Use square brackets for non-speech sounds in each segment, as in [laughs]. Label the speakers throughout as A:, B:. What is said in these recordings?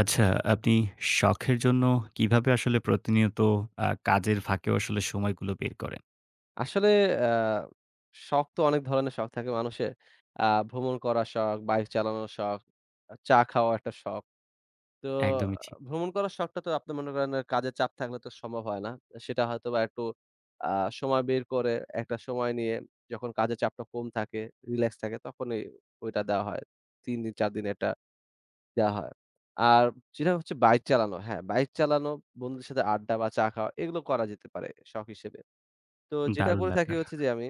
A: আচ্ছা, আপনি শখের জন্য কিভাবে আসলে প্রতিনিয়ত কাজের ফাঁকেও আসলে সময়গুলো বের করেন?
B: আসলে আ শখ তো অনেক ধরনের শখ থাকে মানুষের। ভ্রমণ করার শখ, বাইক চালানোর শখ, চা খাওয়া একটা শখ। তো
A: একদমই ঠিক।
B: ভ্রমণ করার শখটা তো আপনি মনে করেন কাজের চাপ থাকলে তো সম্ভব হয় না। সেটা হয়তোবা একটু আ সময় বের করে একটা সময় নিয়ে যখন কাজের চাপটা কম থাকে, রিল্যাক্স থাকে তখনই ওইটা দেওয়া হয়। ৩ দিন ৪ দিন এটা দেওয়া হয়। আর যেটা হচ্ছে বাইক চালানো, হ্যাঁ, বাইক চালানো, বন্ধুদের সাথে আড্ডা বা চা খাওয়া এগুলো করা যেতে পারে শখ হিসেবে। তো যেটা
A: দারুণ
B: করে থাকি
A: ব্যাপার,
B: হচ্ছে যে আমি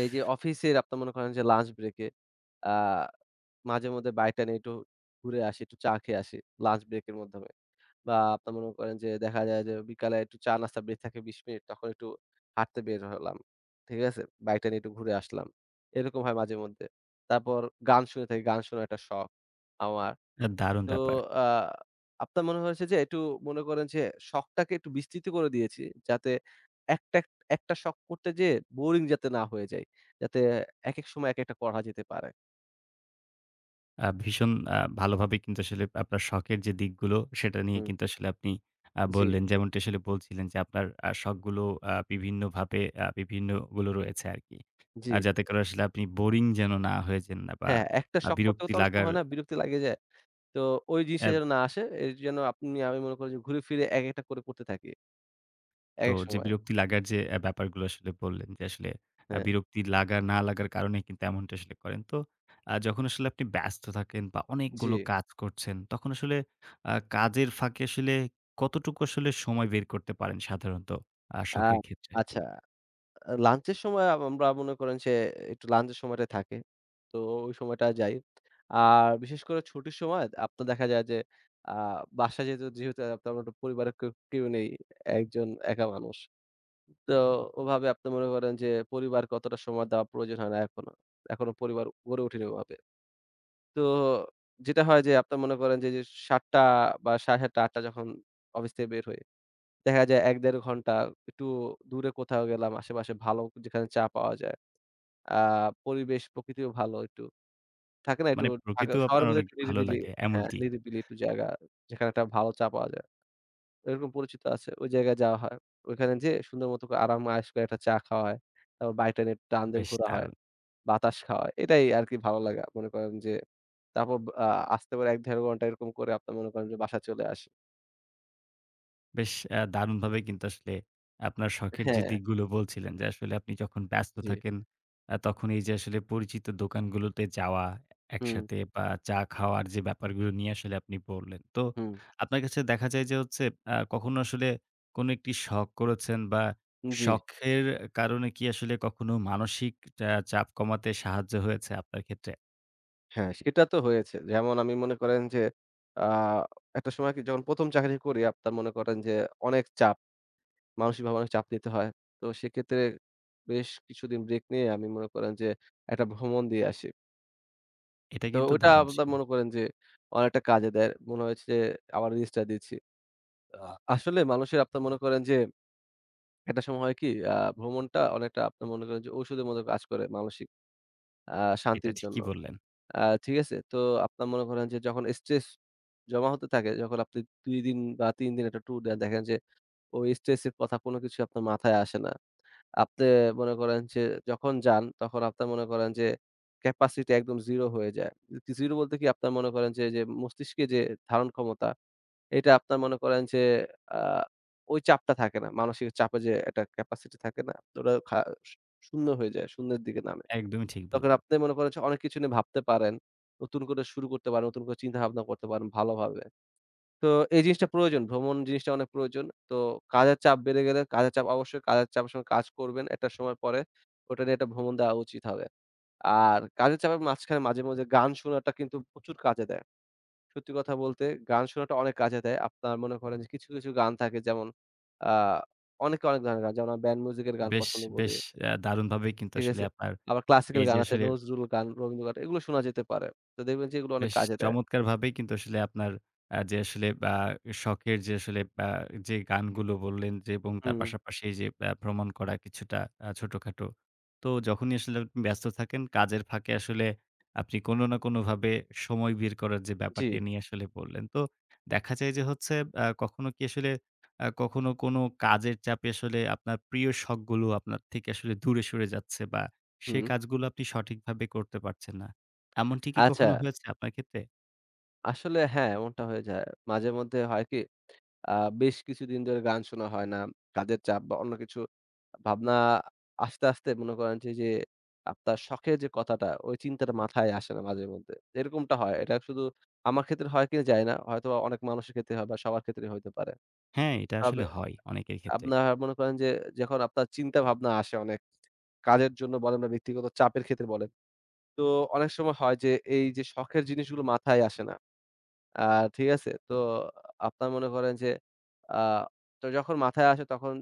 B: এই যে অফিসের আপনার মনে করেন যে লাঞ্চ ব্রেকে আ মাঝেমধ্যে বাড়িটা নিয়ে একটু ঘুরে আসি, একটু চা খেয়ে আসি লাঞ্চ ব্রেকের মাধ্যমে। বা আপনার মনে করেন যে দেখা যায় যে বিকালে একটু চা নাস্তা ব্রেক থাকে ২০ মিনিট তখন একটু হাঁটতে বের হলাম। ঠিক আছে? বাইকটা নিয়ে একটু ঘুরে আসলাম। এরকম হয় মাঝেমধ্যে। তারপর গান শুনে থাকি, গান শোনার একটা শখ আমার।
A: দারুণ
B: তো
A: ব্যাপার।
B: আ আপনার মনে হয়েছে যে একটু মনে করেন যে শখটাকে একটু বিস্তৃত করে দিয়েছি। যাতে একটা, একটা শখ করতে যেয়ে বোরিং যাতে না হয়ে যাই। যাতে একেক সময় একেকটা করা যেতে পারে।
A: ভীষণ ভালোভাবে কিন্তু আসলে আপনার শখের যে দিকগুলো, সেটা নিয়ে
B: হুম,
A: কিন্তু আসলে আপনি
B: জি,
A: বললেন, যেমনটি আসলে বলছিলেন যে আপনার শখগুলো বিভিন্নভাবে বিভিন্নগুলো রয়েছে আরকি।
B: জি।
A: যাতে করে আসলে আপনি বোরিং যেন না হয়ে যান না বা
B: হ্যাঁ, একটা
A: আ
B: শখ করতে,
A: বিরক্তি
B: করতে অনেক সময়
A: লাগার
B: হয় না বিরক্তি লাগে যায়। তো ওই জিনিসটা
A: অ্যা
B: যেন না আসে এর জন্য আপনি আমি মনে করি যে ঘুরে ফিরে একেকটা করে করতে থাকি।
A: তো
B: একেক
A: যে
B: সময়।
A: বিরক্তি লাগার যে ব্যাপারগুলো আসলে বললেন যে আসলে
B: হ্যাঁ,
A: বিরক্তি লাগা না লাগার কারণে কিন্তু এমনটা আসলে করেন। তো যখন আসলে আপনি ব্যস্ত থাকেন বা
B: জি।
A: অনেকগুলো কাজ করছেন, তখন আসলে কাজের ফাঁকে আসলে কতটুকু আসলে সময় বের করতে পারেন সাধারণত
B: আ
A: শখের ক্ষেত্রে?
B: আচ্ছা। লাঞ্চের সময় আমরা মনে করেন সে একটু লাঞ্চের সময়টাই থাকে। তো ওই সময়টা যাই। আর বিশেষ করে ছুটির সময় আপনার দেখা যায় যে আ বাসায় যেহেতু যেহেতু আপনার মোটা পরিবারের কেউ কেউ নেই। একজন একা মানুষ। তো ওভাবে আপনি মনে করেন যে পরিবারকে অতটা সময় দেওয়া প্রয়োজন হয় না এখনো। এখনো পরিবার গড়ে ওঠেনি ওভাবে। তো যেটা হয় যে আপনার মনে করেন যে, ৭:০০ বা ৭:৩০ ৮:০০ যখন অফিস থেকে বের হই, দেখা যায় ১ ১/২ ঘন্টা একটু দূরে কোথাও গেলাম আশেপাশে ভালো যেখানে চা পাওয়া যায়। আ পরিবেশ প্রকৃতিও ভালো একটু। থাকে না একটু
A: মানে
B: ঢাকা
A: প্রকৃতিও
B: শহরের
A: আপনার
B: মধ্যে
A: অনেক
B: একটু
A: ভালো
B: নিরিবিলি
A: লাগে
B: হ্যাঁ,
A: এমনটি?
B: নিরিবিলি একটু জায়গা যেখানে একটা ভালো চা পাওয়া যায়। এরকম পরিচিত আছে। ওই জায়গায় যাওয়া হয়। ওইখানে যেয়ে সুন্দর মতো করে আরাম আয়েশ করে একটা চা খাওয়া হয়। তারপর বাইকটা নিয়ে টান দিয়ে
A: বেশ
B: ঘোরা হয়,
A: দারুণ!
B: বাতাস খাওয়া হয়। এটাই আরকি ভালো লাগা। মনে করেন যে তারপর আ আসতে পারে ১-১.৫ ঘন্টা এরকম করে আপনার মনে করেন যে বাসায় চলে আসি।
A: বেশ দারুণভাবে কিন্তু আসলে আপনার শখের যে
B: হ্যাঁ,
A: দিকগুলো বলছিলেন যে, আসলে আপনি যখন ব্যস্ত
B: জি।
A: থাকেন, তখন এই যে আসলে পরিচিত দোকানগুলোতে যাওয়া,
B: হুম,
A: একসাথে বা চা খাওয়ার যে ব্যাপারগুলো নিয়ে আসলে আপনি বললেন। তো
B: হুম,
A: আপনার কাছে দেখা যায় যে হচ্ছে কখনো আসলে কোনো একটি শখ করেছেন বা
B: জি।
A: শখের কারণে কি আসলে কখনো মানসিক চাপ কমাতে সাহায্য হয়েছে আপনার ক্ষেত্রে?
B: হ্যাঁ, সেটা তো হয়েছে। যেমন আমি মনে করেন যে, আ একটা সময় কি যখন ১ম চাকরি করি, আপনার মনে করেন যে অনেক চাপ, মানসিকভাবে অনেক চাপ নিতে হয়। তো সেক্ষেত্রে বেশ কিছুদিন ব্রেক নিয়ে আমি মনে করেন যে একটা ভ্রমণ দিয়ে আসি।
A: এটা
B: তো
A: কিন্তু
B: ওইটা
A: দারুণ
B: আপনার
A: ছিল।
B: মনে করেন যে অনেকটা কাজে দেয়। মনে হয়েছে যে আবার রিস্কটা দিচ্ছি। আ আসলে মানুষের আপনার মনে করেন যে একটা সময় হয় কি আ ভ্রমণটা অনেকটা আপনার মনে করেন যে ঔষধের মতো কাজ করে মানসিক আ
A: এটা
B: শান্তির জন্য।
A: ঠিকই বললেন।
B: আ ঠিক আছে? তো আপনার মনে করেন যে যখন স্ট্রেস জমা হতে থাকে, যখন আপনি ২ দিন বা ৩ দিন একটা ট্যুর দেন, দেখেন যে ওই স্ট্রেস এর কথা কোনো কিছু আপনার মাথায় আসে না। আপনি মনে করেন যে যখন যান, তখন আপনার মনে করেন যে ক্যাপাসিটি একদম 0 হয়ে যায়। কি 0 বলতে কি আপনার মনে করেন যে, মস্তিষ্কে যে ধারণ ক্ষমতা, এটা আপনার মনে করেন যে আ ওই চাপটা থাকে না। মানসিক চাপে যে একটা ক্যাপাসিটি থাকে না? তো ওটা শূন্য হয়ে যায়, শূন্যের দিকে নামে।
A: একদমই ঠিক
B: তখন
A: বললেন।
B: আপনি মনে করেন যে অনেক কিছু নিয়ে ভাবতে পারেন। নতুন করে শুরু করতে পারেন, নতুন করে চিন্তাভাবনা করতে পারেন ভালোভাবে। তো এই জিনিসটা প্রয়োজন। ভ্রমণ জিনিসটা অনেক প্রয়োজন। তো কাজের চাপ বেড়ে গেলে কাজের চাপ অবশ্যই কাজের চাপের সময় কাজ করবেন একটা সময় পরে। ওটা নিয়ে একটা ভ্রমণ দেওয়া উচিত হবে। আর কাজের চাপের মাঝখানে মাঝে, মাঝে গান শোনাটা কিন্তু প্রচুর কাজে দেয়। সত্যি কথা বলতে গান শোনাটা অনেক কাজে দেয়। আপনার মনে করেন যে কিছু গান থাকে যেমন আ অনেকে অনেক ধরনের গান যেমন আমি ব্যান্ড মিউজিক এর গান
A: বেশ,
B: পছন্দ করি।
A: বেশ দারুণভাবেই কিন্তু
B: ঠিক
A: আসলে
B: আছে?
A: আপনার
B: আবার ক্লাসিক্যাল
A: এই যে
B: গান আছে,
A: আসলে
B: নজরুল গান, রবীন্দ্রগান এগুলো শোনা যেতে পারে। তো দেখবেন যে এগুলো অনেক
A: বেশ
B: কাজে দেয়।
A: চমৎকারভাবেই কিন্তু আসলে আপনার আ যে আসলে আ শখের যে আসলে যে গানগুলো বললেন যে এবং তার
B: হুম,
A: পাশাপাশি এই যে ভ্রমণ করা কিছুটা ছোটখাটো। তো যখনই আসলে আপনি ব্যস্ত থাকেন কাজের ফাঁকে আসলে আপনি কোনো না কোনোভাবে সময় বের করার যে
B: জি,
A: ব্যাপারটি নিয়ে আসলে বললেন। তো দেখা যায় যে হচ্ছে আ কখনো কি আসলে আ কখনো কোনো কাজের চাপে আসলে আপনার প্রিয় শখগুলো আপনার থেকে আসলে দূরে সরে যাচ্ছে বা সেই
B: হুম।
A: কাজগুলো আপনি সঠিকভাবে করতে পারছেন না। এমনটি কি
B: আচ্ছা,
A: কখনো হয়েছে আপনার ক্ষেত্রে?
B: আসলে হ্যাঁ, এমনটা হয়ে যায়। মাঝে মধ্যে হয় কি আ বেশ কিছুদিন ধরে গান শোনা হয় না। কাজের চাপ বা অন্য কিছু ভাবনা আসতে, আসতে মনে করেন যে, আপনার শখের যে কথাটা ওই চিন্তাটা মাথায় আসে না মাঝে মধ্যে। এরকমটা হয়। এটা শুধু আমার ক্ষেত্রে হয় কিনা জানি না। হয়তোবা অনেক মানুষের ক্ষেত্রে হয় বা সবার ক্ষেত্রেই হইতে পারে।
A: হ্যাঁ, এটা
B: তবে
A: আসলে হয় অনেকের ক্ষেত্রে।
B: আপনার মনে করেন যে যখন আপনার চিন্তা ভাবনা আসে অনেক, কাজের জন্য বলেন বা ব্যক্তিগত চাপের ক্ষেত্রে বলেন। তো অনেক সময় হয় যে এই যে শখের জিনিসগুলো মাথায় আসে না। আ ঠিক আছে? তো আপনার মনে করেন যে আ তো যখন মাথায় আসে তখন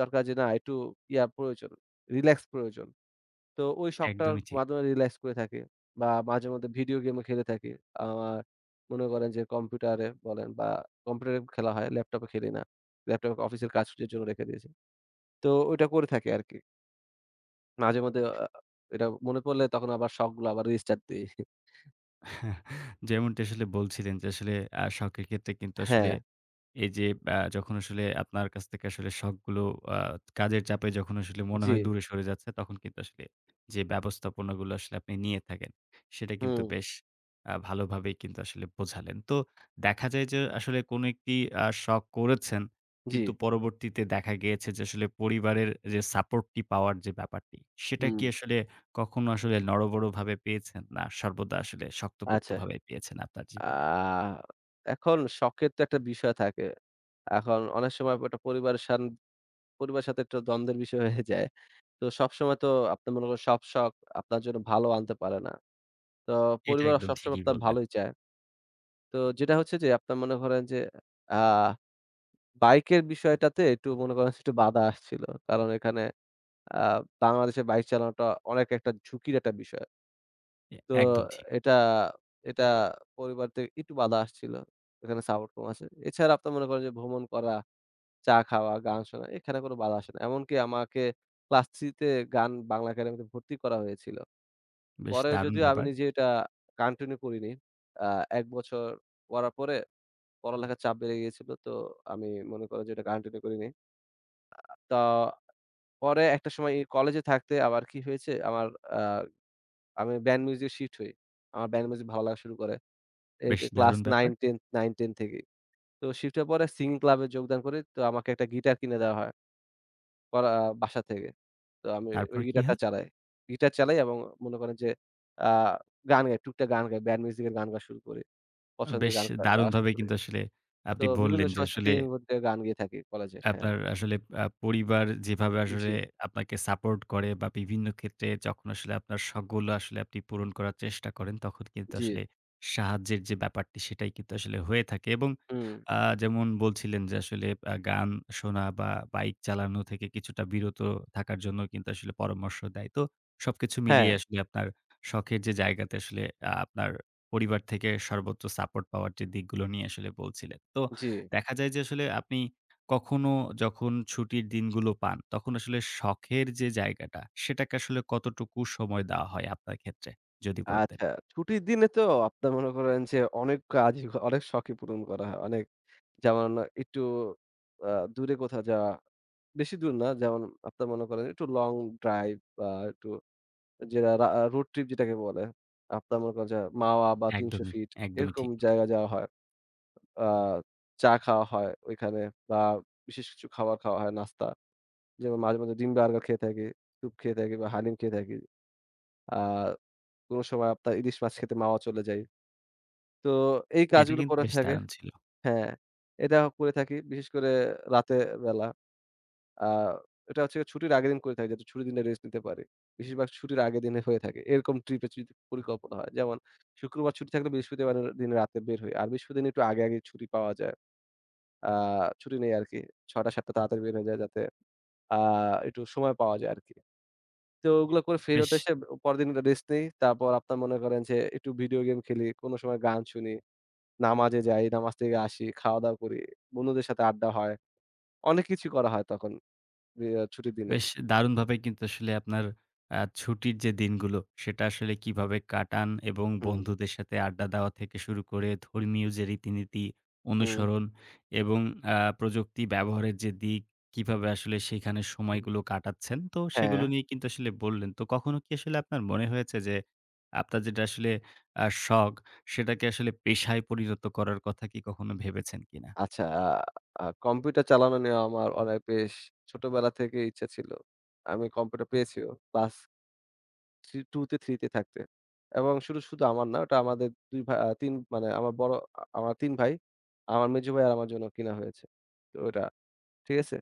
B: দরকার যে না একটু প্রয়োজন, রিল্যাক্স প্রয়োজন। তো ওই শখটার
A: একদমই ঠিক।
B: মাধ্যমে রিল্যাক্স করে থাকি বা মাঝেমধ্যে ভিডিও গেমও খেলে থাকি। আমার মনে করেন যে কম্পিউটারে বলেন বা কম্পিউটারে খেলা হয়, ল্যাপটপে খেলি না। ল্যাপটপে অফিসের কাজের জন্য রেখে দিয়েছি। তো ওইটা করে থাকি আরকি। মাঝে মধ্যে এটা মনে পড়লে তখন আবার শখগুলো আবার রিস্টার্ট দেই।
A: [laughs] যেমনটি আসলে বলছিলেন যে আসলে শখের ক্ষেত্রে কিন্তু
B: হ্যাঁ,
A: আসলে এই যে যখন আসলে আপনার কাছ থেকে আসলে শখগুলো আ কাজের চাপে যখন আসলে মনে
B: জি,
A: হয় দূরে সরে যাচ্ছে, তখন কিন্তু আসলে যে ব্যবস্থাপনাগুলো আসলে আপনি নিয়ে থাকেন, সেটা কিন্তু
B: হুম,
A: বেশ ভালোভাবেই কিন্তু আসলে বোঝালেন। তো দেখা যায় যে আসলে কোনো একটি শখ করেছেন,
B: জি,
A: কিন্তু পরবর্তীতে দেখা গিয়েছে যে আসলে পরিবারের যে সাপোর্টটি পাওয়ার যে ব্যাপারটি, সেটা
B: হুম,
A: কি আসলে কখনো আসলে নড়বড়ভাবে পেয়েছেন? না সর্বদা আসলে
B: আচ্ছা।
A: শক্তপোক্তভাবে পেয়েছেন আপনার জীবনে?
B: আ এখন শখের তো একটা বিষয় থাকে। এখন অনেক সময় একটা পরিবারের সাথে একটা দ্বন্দ্বের বিষয় হয়ে যায়। তো সবসময় তো আপনি মনে করেন সব শখ আপনার জন্য ভালো আনতে পারে না। তো
A: এটা
B: পরিবার
A: একদম
B: সবসময়
A: ঠিকই
B: আপনার
A: বললেন।
B: ভালোই চায়। তো যেটা হচ্ছে যে আপনার মনে করেন যে আ বাইকের বিষয়টাতে একটু মনে করেন একটু বাধা আসছিল। কারণ এখানে আ বাংলাদেশে বাইক চালানোটা অনেক একটা ঝুঁকির একটা বিষয়।
A: এ
B: তো
A: একদম ঠিক।
B: এটা, এটা পরিবার থেকে একটু বাধা আসছিল। এখানে সাপোর্ট কম আছে। এছাড়া আপনার মনে করেন যে ভ্রমণ করা, চা খাওয়া, গান শোনা এখানে কোনো বাধা আসে না। এমনকি আমাকে ক্লাস 3 তে গান বাংলা একাডেমিতে ভর্তি করা হয়েছিল।
A: বেশ
B: পরে
A: দারুণ
B: যদিও আমি
A: ব্যাপার,
B: নিজে এটা কন্টিনিউ করিনি। আ ১ বছর পড়ার পরে পড়ালেখার চাপ বেড়ে গিয়েছিল। তো আমি মনে করেন যে এটা কন্টিনিউ করিনি। তো পরে একটা সময় কলেজে থাকতে আবার কি হয়েছে আমার আ আমি ব্যান্ড মিউজিক শিফট হই। আমার ব্যান্ড মিউজিক ভালো লাগা শুরু করে। এই
A: বেশ
B: যে ক্লাস
A: দারুণ
B: 9,
A: ব্যাপার।
B: 10 9, 10 থেকেই। তো শিফট হওয়ার পরে সিঙ্গিং ক্লাবে যোগদান করি। তো আমাকে একটা গিটার কিনে দেওয়া হয় করা বাসা থেকে। তো আমি ওই
A: তারপর কি
B: গিটারটা
A: হয়?
B: চালাই। গিটার চালাই এবং মনে করেন যে আ গান গাই, টুকটাক গান গাই। ব্যান্ড মিউজিকের গান গাওয়া শুরু করি। পছন্দের
A: বেশ
B: গান গা গাওয়া শুরু
A: দারুণভাবে
B: করি।
A: কিন্তু আসলে
B: তো
A: আপনি
B: বিভিন্ন
A: বললেন যে আসলে
B: সংস্কৃতির মধ্যে গান গেয়ে থাকি কলেজের। হ্যাঁ।
A: আপনার আসলে পরিবার যেভাবে আসলে
B: জি,
A: আপনাকে সাপোর্ট করে বা বিভিন্ন ক্ষেত্রে যখন আসলে আপনার শখগুলো আসলে আপনি পূরণ করার চেষ্টা করেন, তখন কিন্তু
B: জি।
A: আসলে সাহায্যের যে ব্যাপারটি সেটাই কিন্তু আসলে হয়ে থাকে এবং
B: হুম।
A: আ যেমন বলছিলেন যে আসলে গান শোনা বা বাইক চালানো থেকে কিছুটা বিরত থাকার জন্য কিন্তু আসলে পরামর্শ দেয়। তো সবকিছু
B: হ্যাঁ,
A: মিলিয়ে আসলে আপনার শখের যে জায়গাতে আসলে আপনার পরিবার থেকে সর্বোচ্চ সাপোর্ট পাওয়ার যে দিকগুলো নিয়ে আসলে বলছিলেন। তো
B: জি।
A: দেখা যায় যে আসলে আপনি কখনো যখন ছুটির দিনগুলো পান, তখন আসলে শখের যে জায়গাটা, সেটাকে আসলে কতটুকু সময় দেওয়া হয় আপনার ক্ষেত্রে? যদি বলতেন।
B: আচ্ছা। ছুটির দিনে তো আপনার মনে করেন যে অনেক কাজই অনেক শখই পূরণ করা হয়। অনেক যেমন একটু আ দূরে কোথাও যাওয়া। বেশি দূর না। যেমন আপনার মনে করেন একটু লং ড্রাইভ বা একটু যেটা রা রোড ট্রিপ যেটাকে বলে। আপনার মনে করেন যে মাওয়া বা ৩০০
A: একদমই,
B: ফিট
A: একদমই
B: এরকম
A: ঠিক।
B: জায়গা যাওয়া হয়। আ চা খাওয়া হয় ওইখানে বা বিশেষ কিছু খাবার খাওয়া হয় নাস্তা। যেমন মাঝে, মাঝে ডিম বার্গার খেয়ে থাকি, স্যুপ খেয়ে থাকি বা হালিম খেয়ে থাকি। আ কোনো সময় আপনার ইলিশ মাছ খেতে মাওয়া চলে যাই। তো এই
A: এটা
B: কাজগুলো
A: কিন্তু
B: করে
A: বেশ
B: থাকে
A: দারুণ ছিল।
B: হ্যাঁ, এটা করে থাকি বিশেষ করে রাতের বেলা। আ এটা হচ্ছে গিয়ে ছুটির আগের দিন করে থাকি যাতে ছুটির দিনটা রেস্ট নিতে পারি। বেশিরভাগ ছুটির আগের দিনে হয়ে থাকে। এরকম ট্রিপের যদি পরিকল্পনা হয়। যেমন শুক্রবার ছুটি থাকলে বৃহস্পতিবারের দিন রাতে বের হই। আর বৃহস্পতি দিন একটু আগে, আগে ছুটি পাওয়া যায়। আ ছুটি নেই আরকি। ৬:০০-৭:০০ তাড়াতাড়ি বের হয়ে যায় যাতে আ একটু সময় পাওয়া যায় আরকি। তো ওগুলো করে ফেরত
A: বেশ
B: এসে পরদিন রেস্ট নেই। তারপর আপনার মনে করেন যে একটু ভিডিও গেম খেলি, কোনো সময় গান শুনি, নামাজে যাই, নামাজ থেকে আসি, খাওয়া-দাওয়া করি, বন্ধুদের সাথে আড্ডা হয়। অনেক কিছু করা হয় তখন ছুটির দিনে।
A: বেশ দারুণভাবে কিন্তু আসলে আপনার ছুটির যে দিনগুলো, সেটা আসলে কিভাবে কাটান এবং
B: হুম,
A: বন্ধুদের সাথে আড্ডা দেওয়া থেকে শুরু করে ধর্মীয় যে রীতিনীতি
B: হুম।
A: অনুসরণ এবং প্রযুক্তি ব্যবহারের যে দিক, কিভাবে আসলে সেখানে
B: হুম,
A: সময়গুলো কাটাচ্ছেন। তো
B: হ্যাঁ,
A: সেগুলো নিয়ে কিন্তু আসলে বললেন। তো কখনো কি আসলে আপনার মনে হয়েছে যে, আপনার যেটা আসলে শখ, সেটাকে আসলে পেশায় পরিণত করার কথা কি কখনো ভেবেছেন কিনা?
B: আচ্ছা আ আ কম্পিউটার চালানো নিয়ে আমার অনেক বেশ ছোটবেলা থেকে ইচ্ছা ছিল। আমি কম্পিউটার পেয়েছিও ক্লাস থ্রি 2 তে 3 তে থাকতে। এবং শুধু আমার না ওটা আমাদের ২ ভা আ ৩ মানে আমার বড় আমার ৩ ভাই, আমার মেঝো ভাই আর আমার জন্য কিনা হয়েছে। তো ওটা, ঠিক আছে?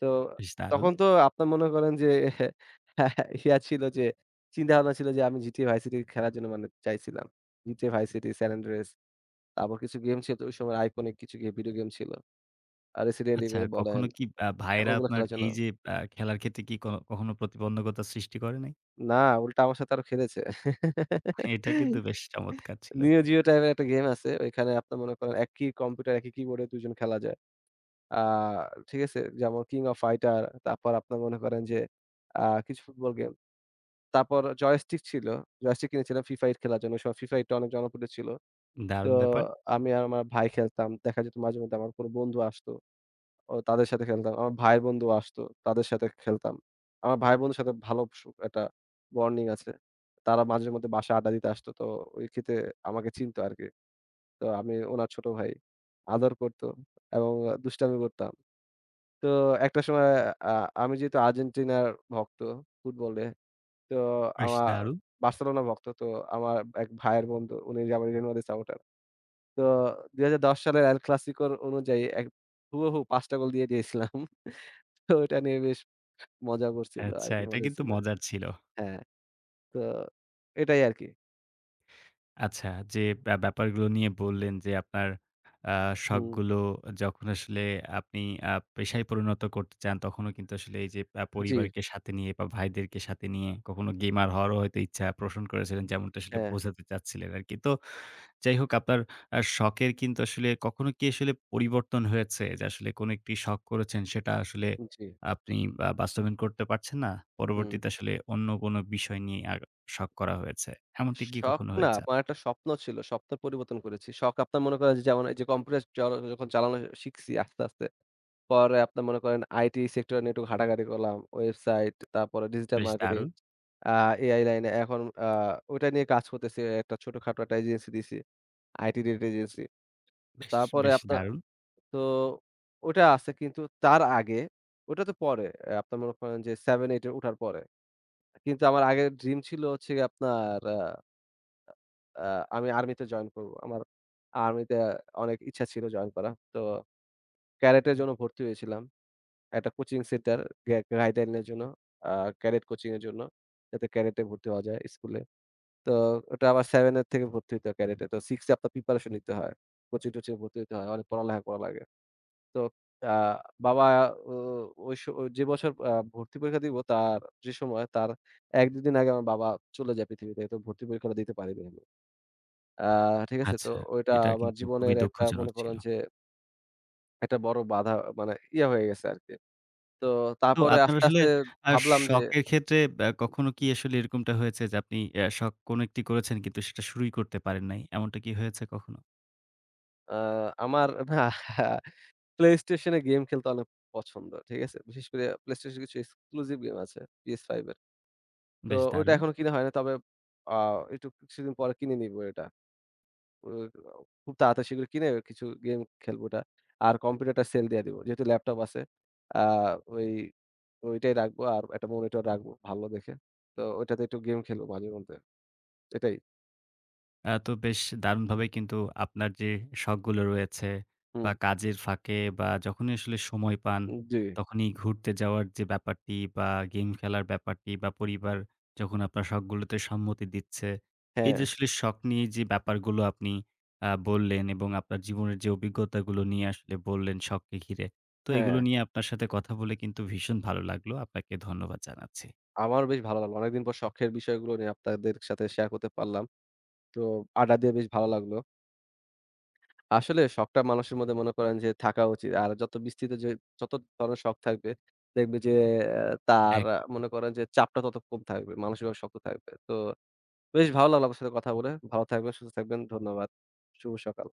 B: তো
A: বেশ দারুণ!
B: তখন তো আপনার মনে করেন যে [laughs] ছিল যে চিন্তাভাবনা ছিল যে আমি GTA Vice City খেলার জন্য মানে চাইছিলাম। GTA Vice City, San Andreas তারপর কিছু গেম ছিল তো ওই সময় আইকনিক কিছু ভিডিও গেম ছিল। আর Resident
A: আচ্ছা,
B: Evil বলেন,
A: কখনো কি
B: হ্যাঁ,
A: ভাইয়েরা
B: ওগুলো
A: আপনার
B: খেলার জন্য।
A: এই যে খেলার ক্ষেত্রে কি কখনো প্রতিবন্ধকতা সৃষ্টি করে নাই?
B: না, উল্টা আমার সাথে আরো খেলেছে।
A: এটা কিন্তু বেশ চমৎকার ছিল।
B: Neo Geo টাইপের একটা গেম আছে। ওইখানে আপনার মনে করেন একই কম্পিউটার, একই কিবোর্ডে ২ জন খেলা যায়। আ ঠিক আছে? যেমন King of Fighter, তারপর আপনার মনে করেন যে আ কিছু ফুটবল গেম। তারপর জয়স্টিক ছিল। জয়স্টিক কিনেছিলাম ফিফা 8 খেলার জন্য। ওই সময় ফিফা 8 টা অনেক জনপ্রিয় ছিল। তো
A: দারুণ ব্যাপার।
B: আমি আর আমার ভাই খেলতাম। দেখা যেত মাঝে মধ্যে আমার কোনো বন্ধু আসতো। ও তাদের সাথে খেলতাম। আমার ভাইয়ের বন্ধু আসতো, তাদের সাথে খেলতাম। আমার ভাইয়ের বন্ধুর সাথে ভালো একটা বন্ডিং আছে। তারা মাঝেমধ্যে বাসায় আড্ডা দিতে আসতো। তো ওই ক্ষেত্রে আমাকে চিনতো আরকি। তো আমি উনার ছোট ভাই। আদর করত এবং দুষ্টামি করতাম। তো একটা সময় আ আমি যেহেতু আর্জেন্টিনার ভক্ত ফুটবলে। তো
A: বেশ
B: আমা
A: দারুণ।
B: বার্সেলোনা ভক্ত। তো আমার এক ভাইয়ের বন্ধু উনি রিয়াল মাদ্রিদের সাপোর্টার। তো ২০১০ সালের এল ক্লাসিকোর অনুযায়ী এক হুবহু ৫ টা গোল দিয়ে দিয়েছিলাম। তো ওইটা নিয়ে বেশ মজা করছিল
A: আচ্ছা,
B: আরকি,
A: এটা
B: মজাই
A: কিন্তু
B: ছিল।
A: মজার ছিল।
B: হ্যাঁ, তো এটাই আরকি।
A: আচ্ছা, যে ব্যাপারগুলো নিয়ে বললেন যে আপনার আ
B: হুম,
A: শখগুলো যখন আসলে আপনি পেশায় পরিণত করতে চান, তখনও কিন্তু আসলে এই যে
B: জি,
A: পরিবারকে সাথে নিয়ে বা ভাইদেরকে সাথে নিয়ে কখনো গেমার হওয়ারও হয়তো ইচ্ছা পোষণ করেছিলেন, যেমনটা আসলে
B: হ্যাঁ,
A: বোঝাতে চাচ্ছিলেন আরকি। তো যাই হোক আপনার শখের কিন্তু আসলে কখনো কি আসলে পরিবর্তন হয়েছে? যে আসলে কোনো একটি শখ করেছেন সেটা আসলে
B: জি,
A: আপনি বা বাস্তবায়ন করতে পারছেন না।
B: হুম।
A: পরবর্তীতে আসলে অন্য কোনো বিষয় নিয়ে আর শখ করা হয়েছে। এমনটি কি
B: শখ
A: কখনো
B: না,
A: হয়েছে?
B: আমার একটা স্বপ্ন ছিল। স্বপ্নের পরিবর্তন করেছি। শখ আপনার মনে করেন যে, যেমন এই যে কম্পিউটার চ যখন চালানো শিখছি আস্তে, আস্তে। পরে আপনার মনে করেন আইটি সেক্টর নিয়ে একটু ঘাটাঘাটি করলাম। ওয়েবসাইট, তারপরে ডিজিটাল
A: বেশ
B: মার্কেটিং।
A: দারুণ!
B: আ এআই লাইনে এখন ওইটা নিয়ে কাজ করতেছি। একটা ছোটখাটো একটা এজেন্সি দিছি। IT rate agency.
A: বেশ,
B: তারপরে
A: বেশ
B: আপনার
A: দারুণ!
B: তো ওটা আছে কিন্তু তার আগে ওটা তো পরে। আপনার মনে করেন যে 7-8 এ ওঠার পরে। কিন্তু আমার আগের ড্রিম ছিল হচ্ছে গিয়ে আপনার আ আ আমি আর্মিতে জয়েন করব। আমার আর্মিতে অনেক ইচ্ছা ছিল জয়েন করা। তো ক্যাডেটের জন্য ভর্তি হয়েছিলাম। একটা কোচিং সেন্টার গাইডলাইন এর জন্য। আ ক্যাডেট কোচিং এর জন্য। যাতে ক্যাডেটে ভর্তি হওয়া যায় স্কুলে। তো ওটা আবার 7 এর থেকে ভর্তি হইতে হয় ক্যাডেটে। তো 6 এ আপনার প্রিপারেশন নিতে হয়। কোচিং-টোচিং এ ভর্তি হইতে হয়। অনেক পড়ালেখা করা লাগে। তো আ বাবা ও ওই যে বছর ভর্তি পরীক্ষা দিব তার যে সময় তার ১-২ দিন আগে আমার বাবা চলে যায় পৃথিবী থেকে। তো ভর্তি পরীক্ষাটা দিতে পারিনি আমি। আ ঠিক আছে? তো
A: আচ্ছা,
B: ওইটা
A: এটা
B: আমার
A: কিন্তু খুবই
B: জীবনের একটা
A: দুঃখজনক
B: মনে
A: ছিল।
B: করেন যে একটা বড় বাধা মানে ইয়ে হয়ে গেছে আরকি। তো
A: তো
B: তারপরে
A: আপনার
B: আস্তে,
A: আসলে
B: আস্তে
A: আ
B: ভাবলাম যে
A: শখের ক্ষেত্রে কখনো কি আসলে এরকমটা হয়েছে যে আপনি শখ কোনো একটি করেছেন কিন্তু সেটা শুরুই করতে পারেন নাই। এমনটা কি হয়েছে কখনো?
B: আ আমার [laughs] না PlayStation এ গেম খেলতে অনেক পছন্দ। ঠিক আছে? বিশেষ করে PlayStation এর কিছু এক্সক্লুসিভ গেম আছে PS5 এর। তো
A: বেশ
B: ওইটা
A: দারুণ!
B: এখনো কিনা হয় না। তবে আ একটু কিছুদিন পরে কিনে নিবো এটা। ও খুব তাড়াতাড়ি সেগুলো কিনে কিছু গেম খেলবো ওটা। আর কম্পিউটারটা সেল দিয়ে দিবো। যেহেতু ল্যাপটপ আছে, আ ওই ওইটাই রাখবো আর একটা মনিটর রাখবো ভালো দেখে। তো ওইটাতে একটু গেম খেলবো মাঝেমধ্যে। এটাই।
A: তো বেশ দারুণভাবে কিন্তু আপনার যে শখগুলো রয়েছে
B: হুম,
A: বা কাজের ফাঁকে বা যখনই আসলে সময় পান,
B: জি।
A: তখনই ঘুরতে যাওয়ার যে ব্যাপারটি বা গেম খেলার ব্যাপারটি বা পরিবার যখন আপনার শখগুলোতে সম্মতি দিচ্ছে, এই
B: হ্যাঁ,
A: যে আসলে শখ নিয়ে যে ব্যাপারগুলো আপনি বললেন এবং আপনার জীবনের যে অভিজ্ঞতাগুলো নিয়ে আসলে বললেন শখকে ঘিরে। তো এগুলো
B: হ্যাঁ।
A: নিয়ে আপনার সাথে কথা বলে কিন্তু ভীষণ ভালো লাগলো। আপনাকে ধন্যবাদ জানাচ্ছি।
B: আমার বেশ ভালো লাগলো। অনেকদিন পর শখের বিষয়গুলো নিয়ে আপনাদের সাথে শেয়ার করতে পারলাম। তো আড্ডা দিয়ে বেশ ভালো লাগলো। আসলে শখটা মানুষের মধ্যে মনে করেন যে থাকা উচিত। আর যত বিস্তৃত যে যত ধরনের শখ থাকবে, দেখবে যে তার
A: এক
B: মনে করেন যে চাপটা তত কম থাকবে। মানসিকভাবে শক্ত থাকবে। তো বেশ ভালো লাগলো আপনার সাথে কথা বলে। ভালো থাকবেন, সুস্থ থাকবেন। ধন্যবাদ। শুভ সকাল।